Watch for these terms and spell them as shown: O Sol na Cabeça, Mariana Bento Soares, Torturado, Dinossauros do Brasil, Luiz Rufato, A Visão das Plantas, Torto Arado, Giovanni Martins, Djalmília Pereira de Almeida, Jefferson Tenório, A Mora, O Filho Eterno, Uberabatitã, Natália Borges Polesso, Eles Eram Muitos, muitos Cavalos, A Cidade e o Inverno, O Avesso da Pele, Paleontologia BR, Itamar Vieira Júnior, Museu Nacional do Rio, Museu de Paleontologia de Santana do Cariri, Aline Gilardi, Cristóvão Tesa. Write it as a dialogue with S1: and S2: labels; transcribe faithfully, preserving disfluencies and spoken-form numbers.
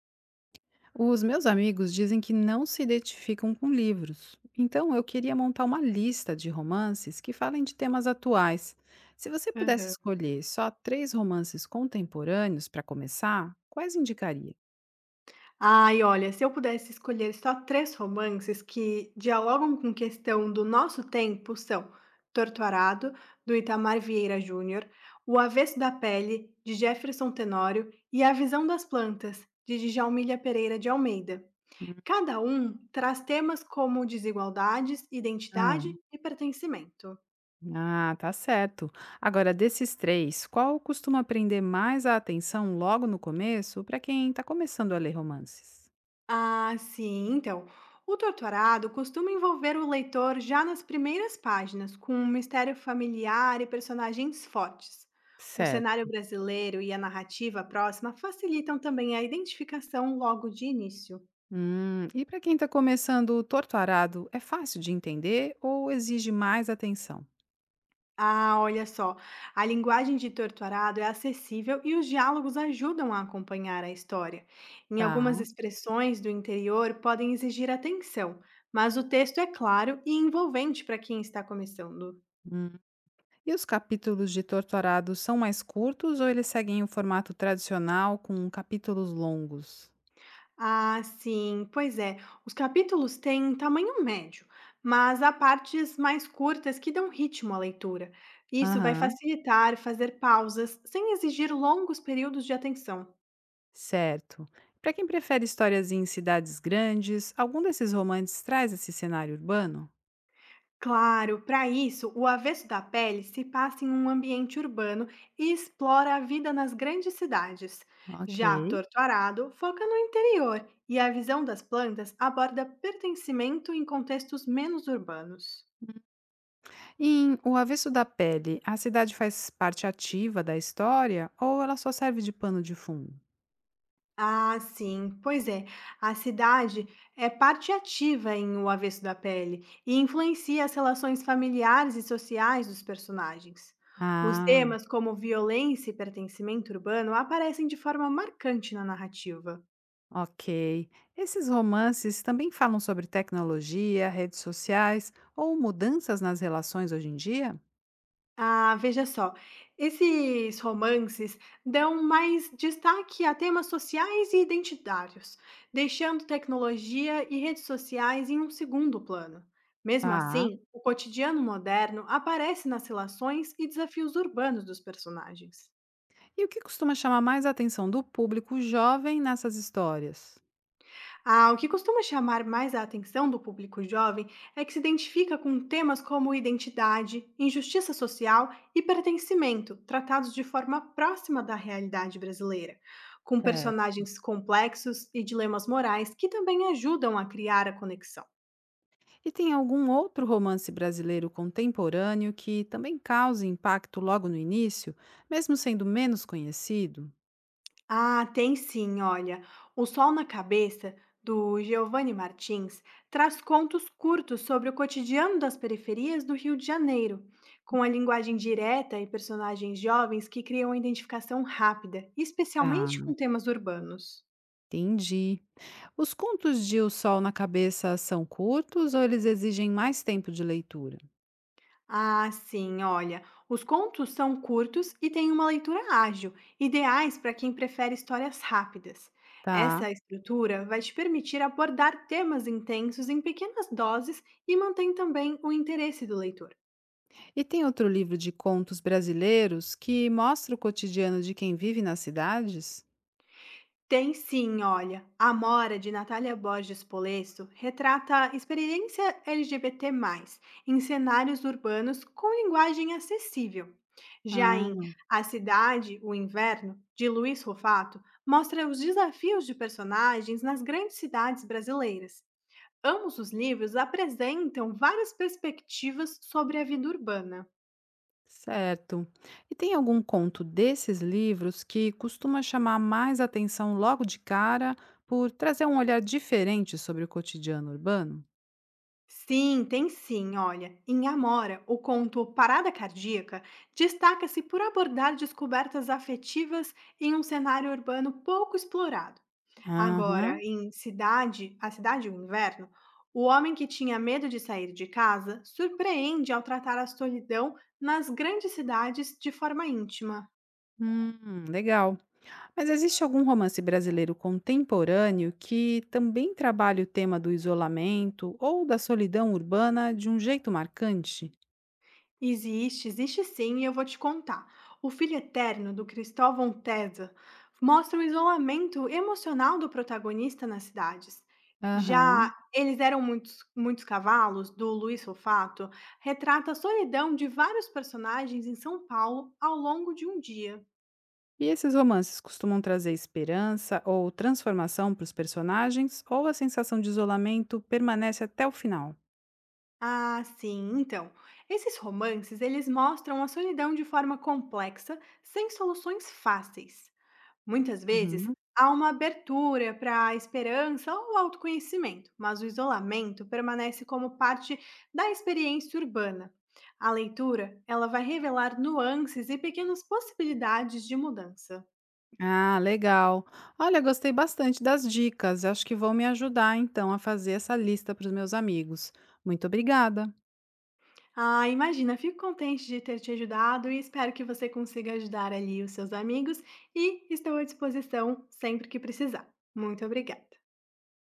S1: Os meus amigos dizem que não se identificam com livros, então eu queria montar uma lista de romances que falem de temas atuais. Se você pudesse
S2: Aham.
S1: escolher só três romances contemporâneos para começar, quais indicaria?
S2: Ai, olha, se eu pudesse escolher só três romances que dialogam com questão do nosso tempo, são Torto Arado, do Itamar Vieira Júnior, O Avesso da Pele, de Jefferson Tenório, e A Visão das Plantas, de Djalmília Pereira de Almeida. Cada um traz temas como desigualdades, identidade
S1: Hum.
S2: e pertencimento.
S1: Ah, ah, tá certo. Agora, desses três, qual costuma prender mais a atenção logo no começo para quem está começando a ler romances?
S2: Ah, sim, então. O doutorado costuma envolver o leitor já nas primeiras páginas, com um mistério familiar e personagens fortes. O cenário
S1: Certo.
S2: brasileiro e a narrativa próxima facilitam também a identificação logo de início.
S1: Hum, e para quem está começando o torto arado, é fácil de entender ou exige mais atenção?
S2: Ah, olha só, a linguagem de Torturado é acessível e os diálogos ajudam a acompanhar a história. Em algumas
S1: Tá.
S2: expressões do interior podem exigir atenção, mas o texto é claro e envolvente para quem está começando.
S1: Hum. E os capítulos de Torturado são mais curtos ou eles seguem o formato tradicional com capítulos longos?
S2: Ah, sim, pois é. Os capítulos têm tamanho médio, mas há partes mais curtas que dão ritmo à leitura. Isso vai
S1: Aham,
S2: facilitar fazer pausas sem exigir longos períodos de atenção.
S1: certo. Para quem prefere histórias em cidades grandes, algum desses romances traz esse cenário urbano?
S2: Claro, para isso, o avesso da pele se passa em um ambiente urbano e explora a vida nas grandes cidades.
S1: Ok.
S2: Já Torto Arado foca no interior e a visão das plantas aborda pertencimento em contextos menos urbanos.
S1: Em O Avesso da Pele, a cidade faz parte ativa da história ou ela só serve de pano de fundo?
S2: Ah, sim. Pois é, a cidade é parte ativa em O Avesso da Pele e influencia as relações familiares e sociais dos personagens. Os
S1: Ah.
S2: temas como violência e pertencimento urbano aparecem de forma marcante na narrativa.
S1: Ok. Esses romances também falam sobre tecnologia, redes sociais ou mudanças nas relações hoje em dia?
S2: Ah, veja só, esses romances dão mais destaque a temas sociais e identitários, deixando tecnologia e redes sociais em um segundo plano. Mesmo
S1: Tá.
S2: assim, o cotidiano moderno aparece nas relações e desafios urbanos dos personagens.
S1: E o que costuma chamar mais a atenção do público jovem nessas histórias?
S2: Ah, o que costuma chamar mais a atenção do público jovem é que se identifica com temas como identidade, injustiça social e pertencimento, tratados de forma próxima da realidade brasileira, com
S1: Certo.
S2: personagens complexos e dilemas morais que também ajudam a criar a conexão.
S1: E tem algum outro romance brasileiro contemporâneo que também cause impacto logo no início, mesmo sendo menos conhecido?
S2: Ah, tem sim, olha. O Sol na Cabeça, do Giovanni Martins, traz contos curtos sobre o cotidiano das periferias do Rio de Janeiro, com a linguagem direta e personagens jovens que criam identificação rápida, especialmente
S1: Tá,
S2: com temas urbanos.
S1: entendi. Os contos de O Sol na Cabeça são curtos ou eles exigem mais tempo de leitura?
S2: Ah, sim, olha. Os contos são curtos e têm uma leitura ágil, ideais para quem prefere histórias rápidas.
S1: Tá.
S2: Essa estrutura vai te permitir abordar temas intensos em pequenas doses e mantém também o interesse do leitor.
S1: E tem outro livro de contos brasileiros que mostra o cotidiano de quem vive nas cidades?
S2: Tem sim, olha. A Mora, de Natália Borges Polesso, retrata a experiência L G B T mais, em cenários urbanos com linguagem acessível. Já em
S1: Ah,
S2: A Cidade, o Inverno, de Luiz Rufato, mostra os desafios de personagens nas grandes cidades brasileiras. Ambos os livros apresentam várias perspectivas sobre a vida urbana.
S1: certo. E tem algum conto desses livros que costuma chamar mais atenção logo de cara por trazer um olhar diferente sobre o cotidiano urbano?
S2: Sim, tem sim. Olha, em Amora, o conto Parada Cardíaca destaca-se por abordar descobertas afetivas em um cenário urbano pouco explorado.
S1: Aham,
S2: Agora, em Cidade, A Cidade e o Inverno, o homem que tinha medo de sair de casa surpreende ao tratar a solidão nas grandes cidades de forma íntima.
S1: hum, legal. Mas existe algum romance brasileiro contemporâneo que também trabalhe o tema do isolamento ou da solidão urbana de um jeito marcante?
S2: Existe, existe sim, e eu vou te contar. O Filho Eterno, do Cristóvão Tesa, mostra o isolamento emocional do protagonista nas cidades.
S1: Aham.
S2: Já Eles Eram Muitos, muitos Cavalos, do Luiz Fofato, retrata a solidão de vários personagens em São Paulo ao longo de um dia.
S1: E esses romances costumam trazer esperança ou transformação para os personagens, ou a sensação de isolamento permanece até o final?
S2: Ah, sim, então. Esses romances, eles mostram a solidão de forma complexa, sem soluções fáceis. Muitas vezes,
S1: Uhum.
S2: há uma abertura para a esperança ou autoconhecimento, mas o isolamento permanece como parte da experiência urbana. A leitura, ela vai revelar nuances e pequenas possibilidades de mudança.
S1: Ah, legal. Olha, gostei bastante das dicas. Acho que vão me ajudar então a fazer essa lista para os meus amigos. Muito obrigada.
S2: Ah, imagina, fico contente de ter te ajudado e espero que você consiga ajudar ali os seus amigos e estou à disposição sempre que precisar. Muito obrigada.